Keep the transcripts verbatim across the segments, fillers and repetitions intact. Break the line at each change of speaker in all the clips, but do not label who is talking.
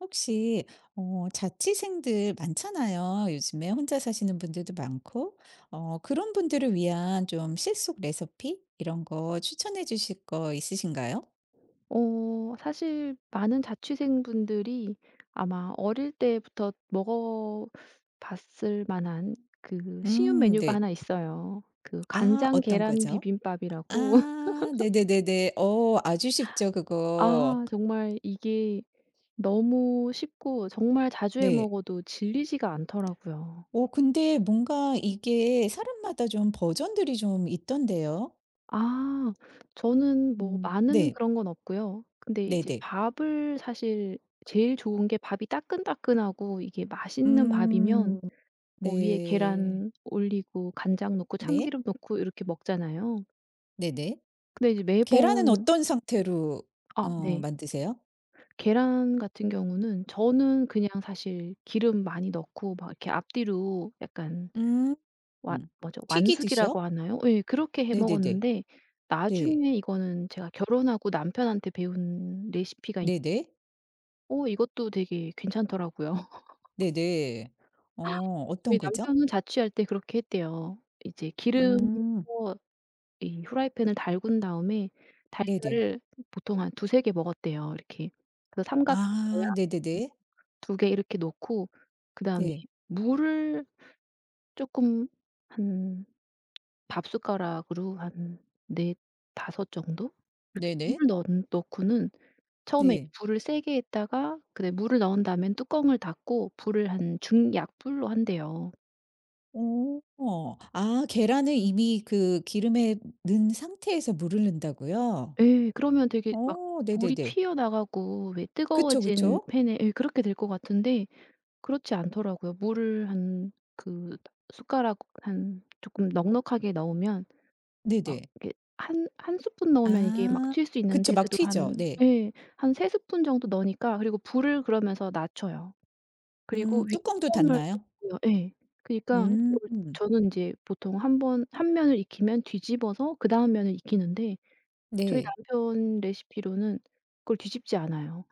혹시 어 자취생들 많잖아요. 요즘에 혼자 사시는 분들도 많고. 어 그런 분들을 위한 좀 실속 레시피 이런 거 추천해 주실 거 있으신가요?
어 사실 많은 자취생분들이 아마 어릴 때부터 먹어 봤을 만한 그 쉬운
음,
메뉴가
네.
하나 있어요. 그
아,
간장
어떤
계란
거죠?
비빔밥이라고.
아, 네네네네. 어, 아주 쉽죠 그거.
아, 정말 이게 너무 쉽고 정말 자주 해
네.
먹어도 질리지가 않더라고요.
오, 근데 뭔가 이게 사람마다 좀 버전들이 좀 있던데요.
아, 저는 뭐
음,
많은
네.
그런 건 없고요. 근데 이제
네네.
밥을 사실 제일 좋은 게 밥이 따끈따끈하고 이게 맛있는 밥이면
음,
뭐 위에
네.
계란 올리고 간장 넣고
네.
참기름 넣고 이렇게 먹잖아요.
네네.
근데 이제
계란은
매번,
어떤 상태로 어
아 네.
만드세요?
계란 같은 경우는 저는 그냥 사실 기름 많이 넣고 막 이렇게 앞뒤로 약간,
음.
와
음.
뭐죠? 완숙이라고
튀기듯이요?
하나요? 예, 그렇게 해
네네네.
먹었는데
네.
나중에 이거는 제가 결혼하고 남편한테 배운 레시피가 있
네네.
어 이것도 되게 괜찮더라고요.
네네. 어, 어떤
저희
거죠?
남편은 자취할 때 그렇게 했대요. 이제
음.
기름부터 이 후라이팬을 달군 다음에
네네.
달걀을 보통 한 두세 개 먹었대요. 이렇게 그 삼각형 모양
아, 네네네.
두 개 이렇게 놓고 그다음에
네.
물을 쪼끔 한 밥숟가락으로 한 네 다섯 정도 이렇게
네네.
물을 넣 넣고는 처음에 이제
네.
불을 세게 했다가 그다음에 물을 넣은 다음엔 뚜껑을 닫고 불을 한 중약불로 한대요.
어. 아, 계란을 이미 그 기름에 넣은 상태에서 물을 넣는다고요?
예. 그러면 되게 막
어,
볼이
네네네.
튀어나가고 왜
그쵸,
뜨거워진
그쵸.
팬에, 예, 그렇게 될 것 같은데 그렇지 않더라고요. 물을 한 그 숟가락 한 조금 넉넉하게 넣으면 막
네네.
이렇게 한 한 스푼 넣으면 이게 막
아.
튈 수
그쵸.
있는데
막
그래도
튀죠.
한,
네.
예, 한 세 스푼 정도 넣으니까, 그리고 불을 그러면서 낮춰요. 그리고
음,
위에
뚜껑도
소금을
닫나요?
넣고요. 예. 그니까 이걸
음.
저는 인제 보통 한 번 한 면을 익히면 뒤집어서 그다음 면을 익히는데 저희
네.
남편 레시피로는 그걸 뒤집지 않아요.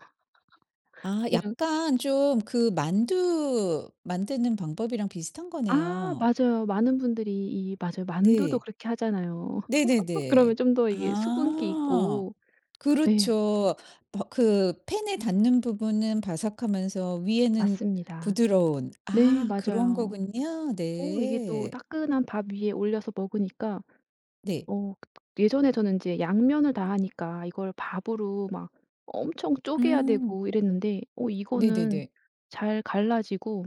아,
그냥,
약간 좀 그 만두 만드는 방법이랑 비슷한
아
거네요.
맞아요. 많은 분들이 이, 맞아요. 만두도
네.
그렇게 하잖아요.
네네네.
그러면 좀 더 이게 수분기
아.
있고, 네
그렇죠. 버 그 팬에 닿는 부분은 바삭하면서 위에는
맞습니다.
부드러운.
네
아, 그런
맞아요.
거군요.
어 이게 또
네.
따끈한 밥 위에 올려서 먹으니까,
네.
어 예전에 저는 이제 양면을 다 하니까 이걸 밥으로 막 엄청 쪼개야
음.
되고 이랬는데, 어 이거는
네네네.
잘 갈라지고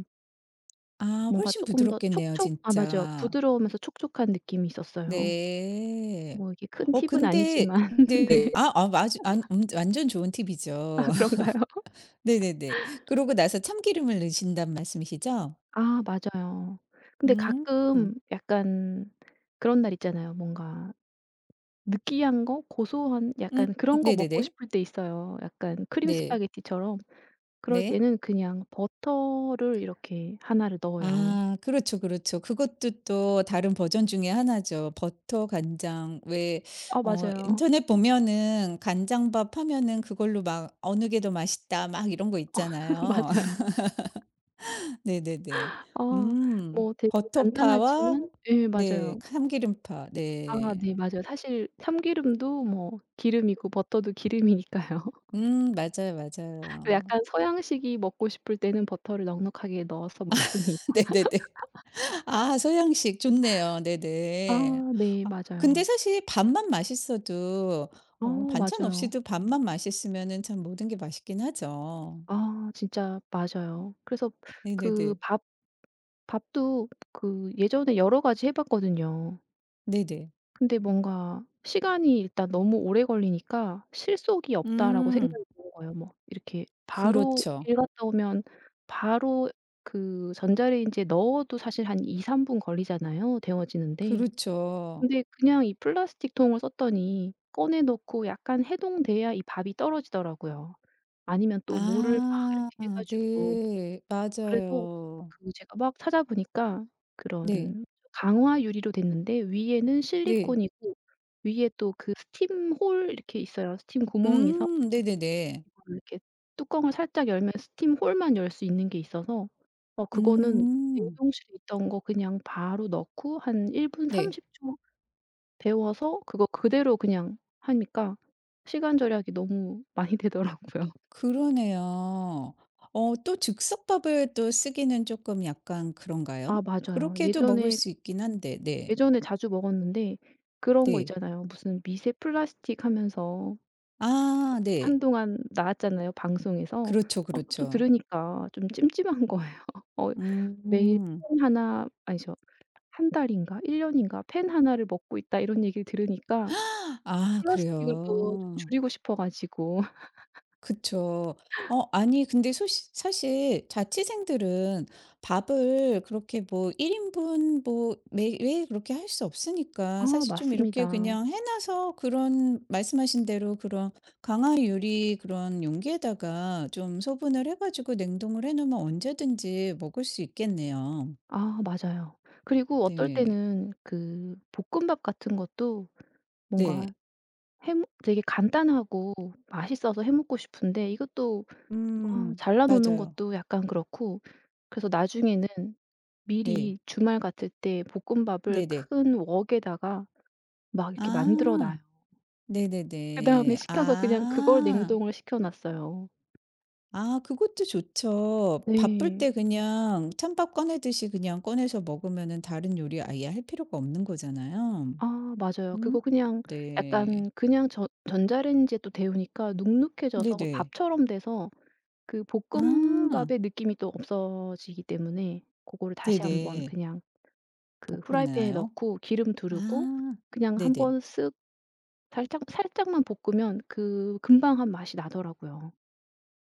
아,
뭔가
훨씬
조금 더
부드럽겠네요
촉촉 아 맞아요.
진짜.
부드러우면서 촉촉한 느낌이 있었어요.
네.
뭐 이게 큰
어,
팁은
근데
아니지만 네.
네. 아 아 아주 안 음 완전 좋은
아
팁이죠.
그런가요?
네네네. 그러고 나서 참기름을 넣으신다는 말씀이시죠?
아 맞아요. 근데
음. 음
가끔 약간, 그런 날 있잖아요. 뭔가 느끼한 거, 고소한 약간 그런 거 먹고
네네네.
싶을 때 있어요. 약간 크림
네.
스파게티처럼. 그럴
네.
때는 그냥 버터를 이렇게 하나를 넣어요.
아, 그렇죠, 그렇죠. 그것도 또 다른 버전 중에 하나죠. 버터 간장, 왜
아
어
맞아요.
인터넷 보면은 간장밥 하면은 그걸로 막 "어느 게 더 맛있다." 막 이런 거 있잖아요.
맞아요.
네네네.
아,
음.
뭐 되게
버터파와
간단하지만, 예
네
맞아요.
참기름파.
아
네.
네 맞아요. 사실 참기름도 뭐 기름이고 버터도 기름이니까요.
음, 맞아요, 맞아요.
약간 서양식이 먹고 싶을 때는 버터를 넉넉하게 넣어서 먹습니다.
네네네. 아, 서양식 좋네요. 네네.
아 네.
아, 근데
맞아요.
사실 밥만 맛있어도
어
어 반찬
맞아요.
없이도 밥만 맛있으면은 참 모든 게 맛있긴 하죠.
아 진짜 맞아요. 그래서 그
네네네.
밥 밥도 그 예전에 여러 가지 해 봤거든요.
네네.
근데 뭔가 시간이 일단 너무 오래 걸리니까 '실속이 없다.'라고
음.
생각이 드는 거예요. 뭐 이렇게 바로
그렇죠.
일 갔다 오면 바로 그 전자레인지에 넣어도 사실 한 이삼 분 걸리잖아요, 데워지는데.
그렇죠.
근데 그냥 이 플라스틱 통을 썼더니 꺼내 놓고 약간 해동돼야 이 밥이 떨어지더라고요. 아니면 또 물을 막
아,
이렇게 해 가지고,
네.
그래서
맞아요.
그 제가 막 찾아보니까
네.
그런, 강화 유리로 됐는데 위에는
네.
실리콘이고 위에 또 그 스팀 홀 이렇게 있어요. 스팀 구멍에서
음 네네네.
이렇게 뚜껑을 살짝 열면 스팀 홀만 열 수 있는 게 있어서, 어 그거는
음,
냉동실에 있던 거 그냥 바로 넣고 한일 분
네.
삼십 초 데워서 그거 그대로 그냥 하니까 시간 절약이 너무 많이 되더라고요.
그러네요. 어, 또 즉석밥을 또 쓰기는 조금 약간 그런가요?
아 맞아요.
그렇게도 먹을
예전에
수 있긴 한데 네.
예전에 자주 먹었는데 그런 거
네.
있잖아요. 무슨 미세 플라스틱 하면서
아, 네.
한동안 나왔잖아요, 방송에서.
그렇죠,
어 그것도
그렇죠.
들으니까 좀 찜찜한 거예요. 어 매일
음.
펜 하나 아니죠. 한 달인가 일 년인가 펜 하나를 먹고 있다 이런 얘기를 들으니까
아,
플라스틱을 또 좀
그래요?
줄이고 싶어 가지고.
그쵸. 어, 아니 근데 소시 사실 자취생들은 밥을 그렇게 뭐 일 인분 뭐 매 매일 그렇게 할 수 없으니까
아
사실 좀 이렇게
맞습니다.
그냥 해 놔서 그런 말씀하신 대로 그런 강화 유리 그런 용기에다가 좀 소분을 해 가지고 냉동을 해 놓으면 언제든지 먹을 수 있겠네요.
아 맞아요. 그리고 어떨
네.
때는 그 볶음밥 같은 것도
네.
뭔가 해 먹 되게 간단하고 맛있어서 해 먹고 싶은데 이것도, 아
음.
잘라 놓는
맞아요.
것도 약간 그렇고, 그래서 나중에는
네.
미리 주말 같을 때 볶음밥을
네네.
큰 웍에다가 막 이렇게 만들어 놔요.
아.
그다음에
네네네.
시켜서 그냥 그걸
아.
냉동을 시켜 놨어요.
아, 그것도 좋죠. 바쁠
네.
때 그냥 찬밥 꺼내 듯이 그냥 꺼내서 먹으면은 다른 요리 아예 할 필요가 없는 거잖아요.
아 맞아요.
음
그거 그냥
네.
약간 그냥 전 전자레인지에 또 데우니까 눅눅해져서
네네.
밥처럼 돼서 그
아
볶음밥의 느낌이 또 없어지기 때문에 고거를 다시 한번
네네.
그냥 그 후라이팬에
볶나요?
넣고 기름 두르고
아
그냥
네네.
한번 쓱, 살짝 살짝만 볶으면 그 금방 한 맛이 나더라고요.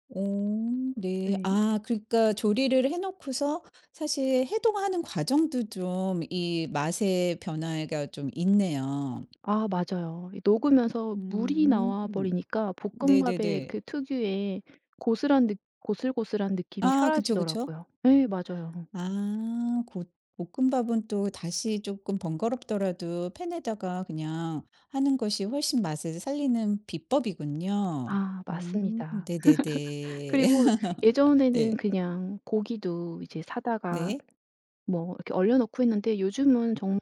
오, 네.
네.
아, 그러니까 조리를 해 놓고서 사실 해동하는 과정도 좀 이 맛의 변화가 좀 있네요.
아 맞아요. 이 녹으면서 물이
음
나와 버리니까 볶음밥의
네네네.
그 특유의 고슬한 느 고슬고슬한 느낌이
아, 그쵸, 그쵸.
사라지더라고요. 예 맞아요.
아 곧 볶음밥은 또 다시 조금 번거롭더라도 팬에다가 그냥 하는 것이 훨씬 맛을 살리는 비법이군요.
아
음
맞습니다.
네네네.
그리고
네.
예전에는 그냥 고기도 이제 사다가
네.
뭐 이렇게 얼려 놓고 했는데 요즘은 정말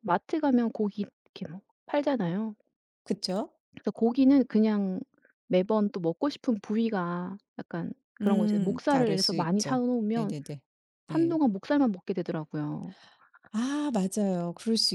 마트 가면 고기 이렇게 막 팔잖아요.
그쵸.
그래서 고기는 그냥 매번 또 먹고 싶은 부위가 약간 그런 거, 이제
음,
목살을
다를
예를 들어서
수
많이 사
있죠.
놓으면
네네네. 네.
한동안 목살만 먹게 되더라고요.
아, 맞아요. 그럴 수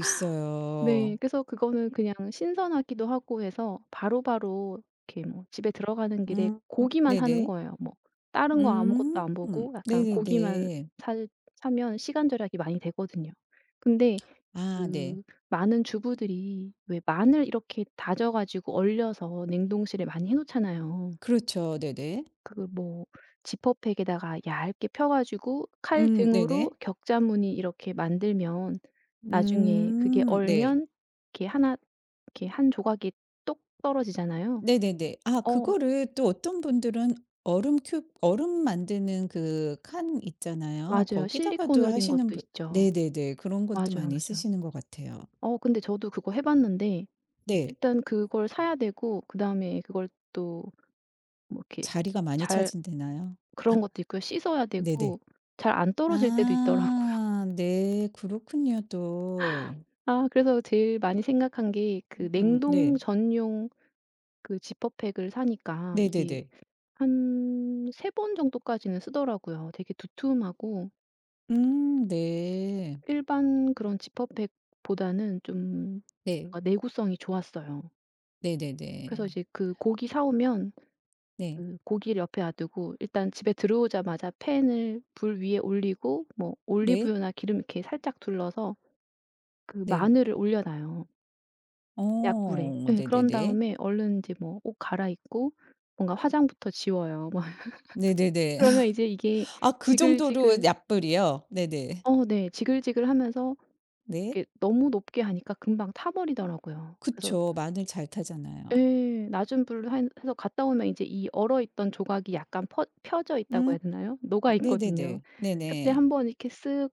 네.
있어요.
그래서 그거는 그냥 신선하기도 하고 해서 바로바로 이렇게 뭐 집에 들어가는 길에
음
고기만 사는
네네.
거예요. 뭐 다른 거 아무것도
음
안 보고 약간 고기만
네네네.
살 사면 시간 절약이 많이 되거든요. 근데
아, 네.
그 많은 주부들이 왜 마늘 이렇게 다져 가지고 얼려서 냉동실에 많이 해 놓잖아요.
그렇죠. 네네.
그 뭐 지퍼백에다가 얇게 펴 가지고 칼
음
등으로
네네.
격자무늬 이렇게 만들면 나중에 그게
음 네.
얼면 이렇게 하나, 이렇게 한 조각이 똑 떨어지잖아요.
네네네. 아,
어
그거를 또 어떤 분들은 얼음 큐브 얼음 만드는 그 칸 있잖아요.
맞아요.
거기다가도
실리콘으로 된
하시는
것도
분
있죠.
네네네. 그런 것도
맞아요,
많이
맞아요.
쓰시는 것 같아요.
어 근데 저도 그거 해 봤는데
네.
일단 그걸 사야 되고 그다음에 그걸, 또뭐 이렇게
자리가 많이
잘,
차진되나요?
그런 것도 있고요. 씻어야
네네.
되고 잘 안 떨어질 때도 있더라고요.
아 네. 그렇군요 또.
아, 그래서 제일 많이 생각한 게 그
음
냉동
네.
전용 그 지퍼백을 사니까 이게
네네네.
한 세 번 정도까지는 쓰더라고요. 되게 두툼하고
음 네.
일반 그런 지퍼백보다는 좀
네.
뭔가 내구성이 좋았어요.
네네네.
그래서 이제 그 고기 사 오면
네.
그 고기를 옆에 놔두고 일단 집에 들어오자마자 팬을 불 위에 올리고 뭐
네.
올리브유나 기름 이렇게 살짝 둘러서 그
네.
마늘을 올려 놔요. 약불에.
어
예. 그런
네네네.
다음에 얼른 인제 뭐 옷 갈아입고 뭔가 화장부터 지워요. 뭐
네네네.
그러면 이제 이게
아, 그 정도로
지글지글,
약불이요? 네네.
어 네. 지글지글하면서
네.
이렇게 너무 높게 하니까 금방 타버리더라고요. 그래서,
그쵸. 마늘 잘 타잖아요.
예, 낮은 불로 한 해서 갔다 오면 이제 이 얼어있던 조각이 약간 퍼 펴져 있다고
음
해야 되나요? 녹아 있거든요.
네네네.
그때
네네.
한 번 이렇게 쓱,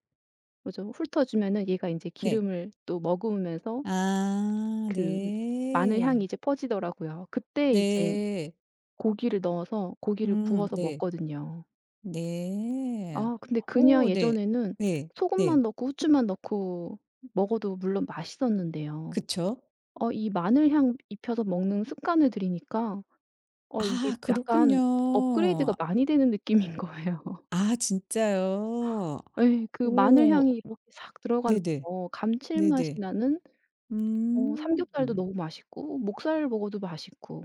뭐죠, 훑어주면은 얘가 인제
네.
기름을 또 머금으면서
아
그 마늘 향이
네.
이제 퍼지더라고요. 그때 이제
네.
고기를 넣어서 고기를
음
구워서
네.
먹거든요.
네.
아 근데 그냥
오 네.
예전에는
네. 네.
소금만 넣고 후추만 넣고 먹어도 물론 맛있었는데요.
그쵸.
어 이 마늘향 입혀서 먹는 습관을 들이니까 어 이게
아,
약간
그렇군요.
업그레이드가 많이 되는 느낌인 거예요.
아, 진짜요?
예. 그
오
마늘향이 이렇게 싹 들어가면서
네네.
감칠맛이
네네.
나는, 어 삼겹살도
음.
너무 맛있고 목살 먹어도 맛있고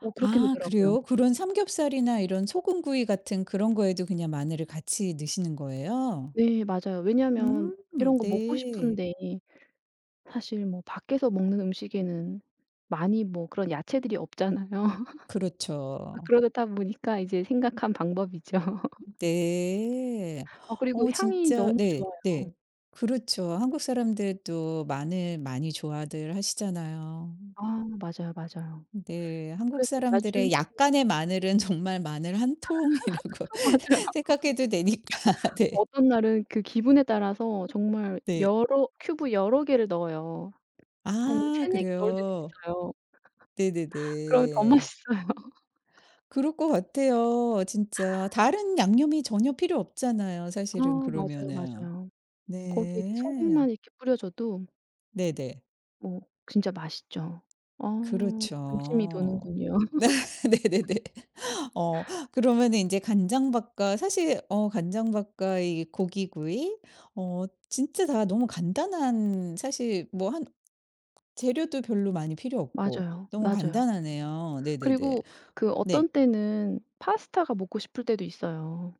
어 그렇게
아,
되더라고요.
그래요? 그런 삼겹살이나 이런 소금구이 같은 그런 거에도 그냥 마늘을 같이 넣으시는 거예요?
네 맞아요. 왜냐하면
음
이런 거 먹고
네.
싶은데 사실 뭐 밖에서 먹는 음식에는 많이 뭐 그런 야채들이 없잖아요.
그렇죠.
그러다 보니까 이제 생각한 방법이죠.
네.
아 그리고
어
향이
진짜
너무
네
좋아요.
네. 그렇죠. 한국 사람들도 마늘 많이 좋아들 하시잖아요.
아 맞아요, 맞아요.
네. 한국
그래서 나중
사람들의 약간의 마늘은 정말 마늘 한 통이라고
아 맞아요.
생각해도 되니까. 네.
어떤 날은 그 기분에 따라서 정말
네.
여러 큐브 여러 개를 넣어요. 한
아,
서너 개 넣을 때도
그래요?
있어요. 그러면 더
네네네.
맛있어요.
그럴 것 같아요 진짜. 다른 양념이 전혀 필요 없잖아요
아
사실은
맞아요,
그러면은.
맞아요. 거기에 이제
네.
소금만 이렇게 뿌려줘도
네네.
뭐 진짜 맛있죠. 어 군침이
그렇죠.
도는군요.
네. 네네네. 어, 그러면은 이제 간장밥과 사실 어 간장밥과 이 고기구이 어 진짜 다 너무 간단한 사실 뭐 한 재료도 별로 많이 필요 없고
맞아요,
너무
맞아요.
간단하네요. 네네네.
그리고 그
네.
어떤 때는 파스타가 먹고 싶을 때도 있어요.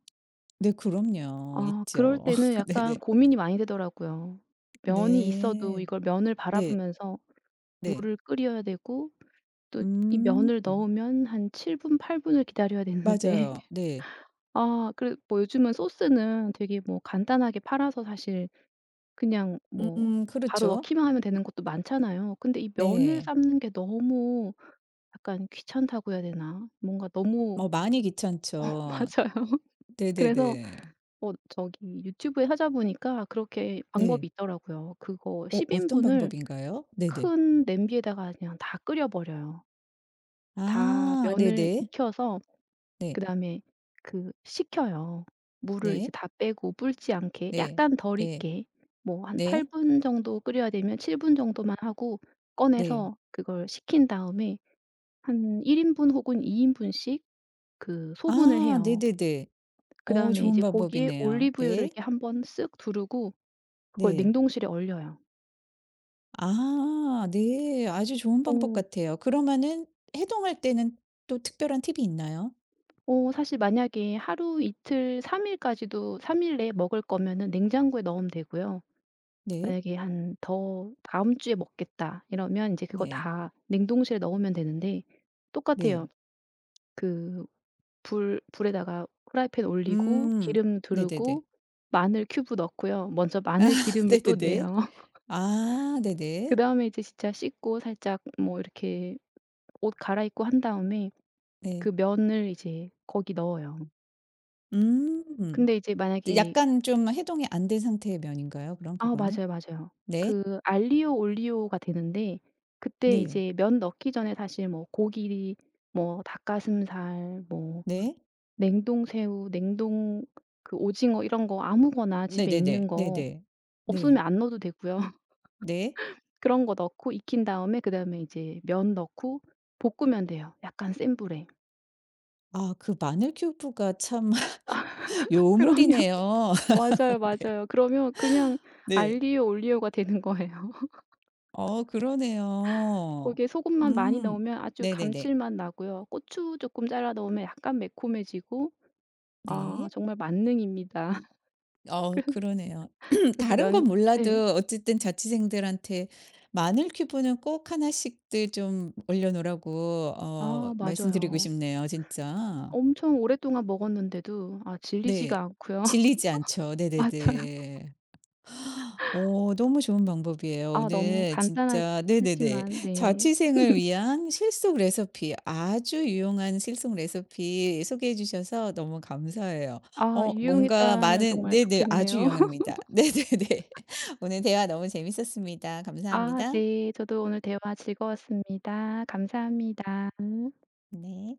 네 그럼요.
아, 그럴
있죠.
때는
네네.
약간 고민이 많이 되더라고요. 면이 있어도
네.
이걸 면을
네.
바라보면서
네.
물을 끓여야 되고 또 이
음.
면을 넣으면 한 칠 분, 팔 분을 기다려야 되는데
맞아요. 네.
아 그래, 뭐 요즘은 소스는 되게 뭐 간단하게 팔아서 사실 그냥 뭐
음
바로
그렇죠.
넣기만 하면 되는 것도 많잖아요. 근데 이 면을
네.
삶는 게 너무 약간 귀찮다고 해야 되나? 뭔가 너무
어, 많이 귀찮죠.
맞아요. 그래서
네네네.
어 저기 유튜브에 찾아보니까 그렇게
네.
방법이 있더라고요. 그거
어,
십
어떤
인분을
방법인가요? 네네.
큰 냄비에다가 그냥 다 끓여 버려요. 다
아
면을
네네.
익혀서
네.
그다음에 그 식혀요. 물을 이제
네.
다 빼고 불지 않게
네.
약간 덜
네.
익게, 뭐 한 8
네.
분 정도 끓여야 되면 칠 분 정도만 하고
네.
꺼내서 그걸 식힌 다음에 한 일 인분 혹은 이 인분씩 그 소분을
아
해요.
네네네. 어,
그다음에
좋은
이제 고기에
방법이네요.
올리브유를
네.
이렇게 한번 쓱 두르고 그걸
네.
냉동실에 얼려요.
아 네. 아주 좋은 방법
어.
같아요. 그러면은 해동할 때는 또 특별한 팁이 있나요?
어 사실 만약에 하루 이틀 삼 일까지도, 삼 일 내에 먹을 거면은 냉장고에 넣으면 되고요.
네.
만약에 한 더 '다음 주에 먹겠다.' 이러면 이제 그거
네.
다 냉동실에 넣으면 되는데 똑같아요.
네.
그 불 불에다가 프라이팬 올리고
음.
기름
네네네.
두르고 마늘 큐브 넣고요. 먼저
아
마늘 기름을 또
네네네.
내요.
아 네네.
그다음에 이제 진짜 씻고 살짝 뭐 이렇게 옷 갈아입고 한 다음에 그
네.
면을 이제 거기 넣어요.
음.
근데 이제 만약에,
약간 좀 해동이 안 된 상태의 면인가요 그럼
아
그거는?
맞아요, 맞아요.
네.
그 알리오 올리오가 되는데 그때
네.
이제 면 넣기 전에 사실 뭐 고기 뭐 닭가슴살 뭐
네.
냉동새우, 냉동 그 오징어 이런 거 아무거나 집에 있는
네네네.
거,
네네.
없으면
네.
안 넣어도 되고요.
네.
그런 거 넣고 익힌 다음에 그다음에 이제 면 넣고 볶으면 돼요, 약간 센 불에.
아, 그 마늘 큐브가 참
그러면,
요물이네요.
맞아요,
네.
맞아요. 그러면 그냥
네.
알리오 올리오가 되는 거예요.
어, 그러네요.
거기에 소금만 많이
음.
넣으면 아주
네네네.
감칠맛 나고요. 고추 조금 잘라 넣으면 약간 매콤해지고, 아
네.
정말 만능입니다.
어, 그러네요.
그래서
다른 건
면 네.
몰라도 어쨌든 자취생들한테 마늘 큐브는 꼭 하나씩들 좀 올려 놓으라고 어
아
말씀드리고
맞아요.
싶네요 진짜.
엄청 오랫동안 먹었는데도 아 질리지가
네.
않고요.
질리지 않죠.
맞아요.
네네네. 어, 너무 좋은 방법이에요.
아 너무
오늘
간단하
진짜 네네네.
하지만 네.
자취생을 위한 실속 레시피, 아주 유용한 실속 레시피 소개해 주셔서 너무 감사해요.
아
어, 뭔가
유용했다면
많은
정말
네네. 아주
좋겠네요.
유용합니다. 네네네. 오늘 대화 너무 재밌었습니다.
아
감사합니다.
네. 저도 오늘 대화 즐거웠습니다. 감사합니다.
네.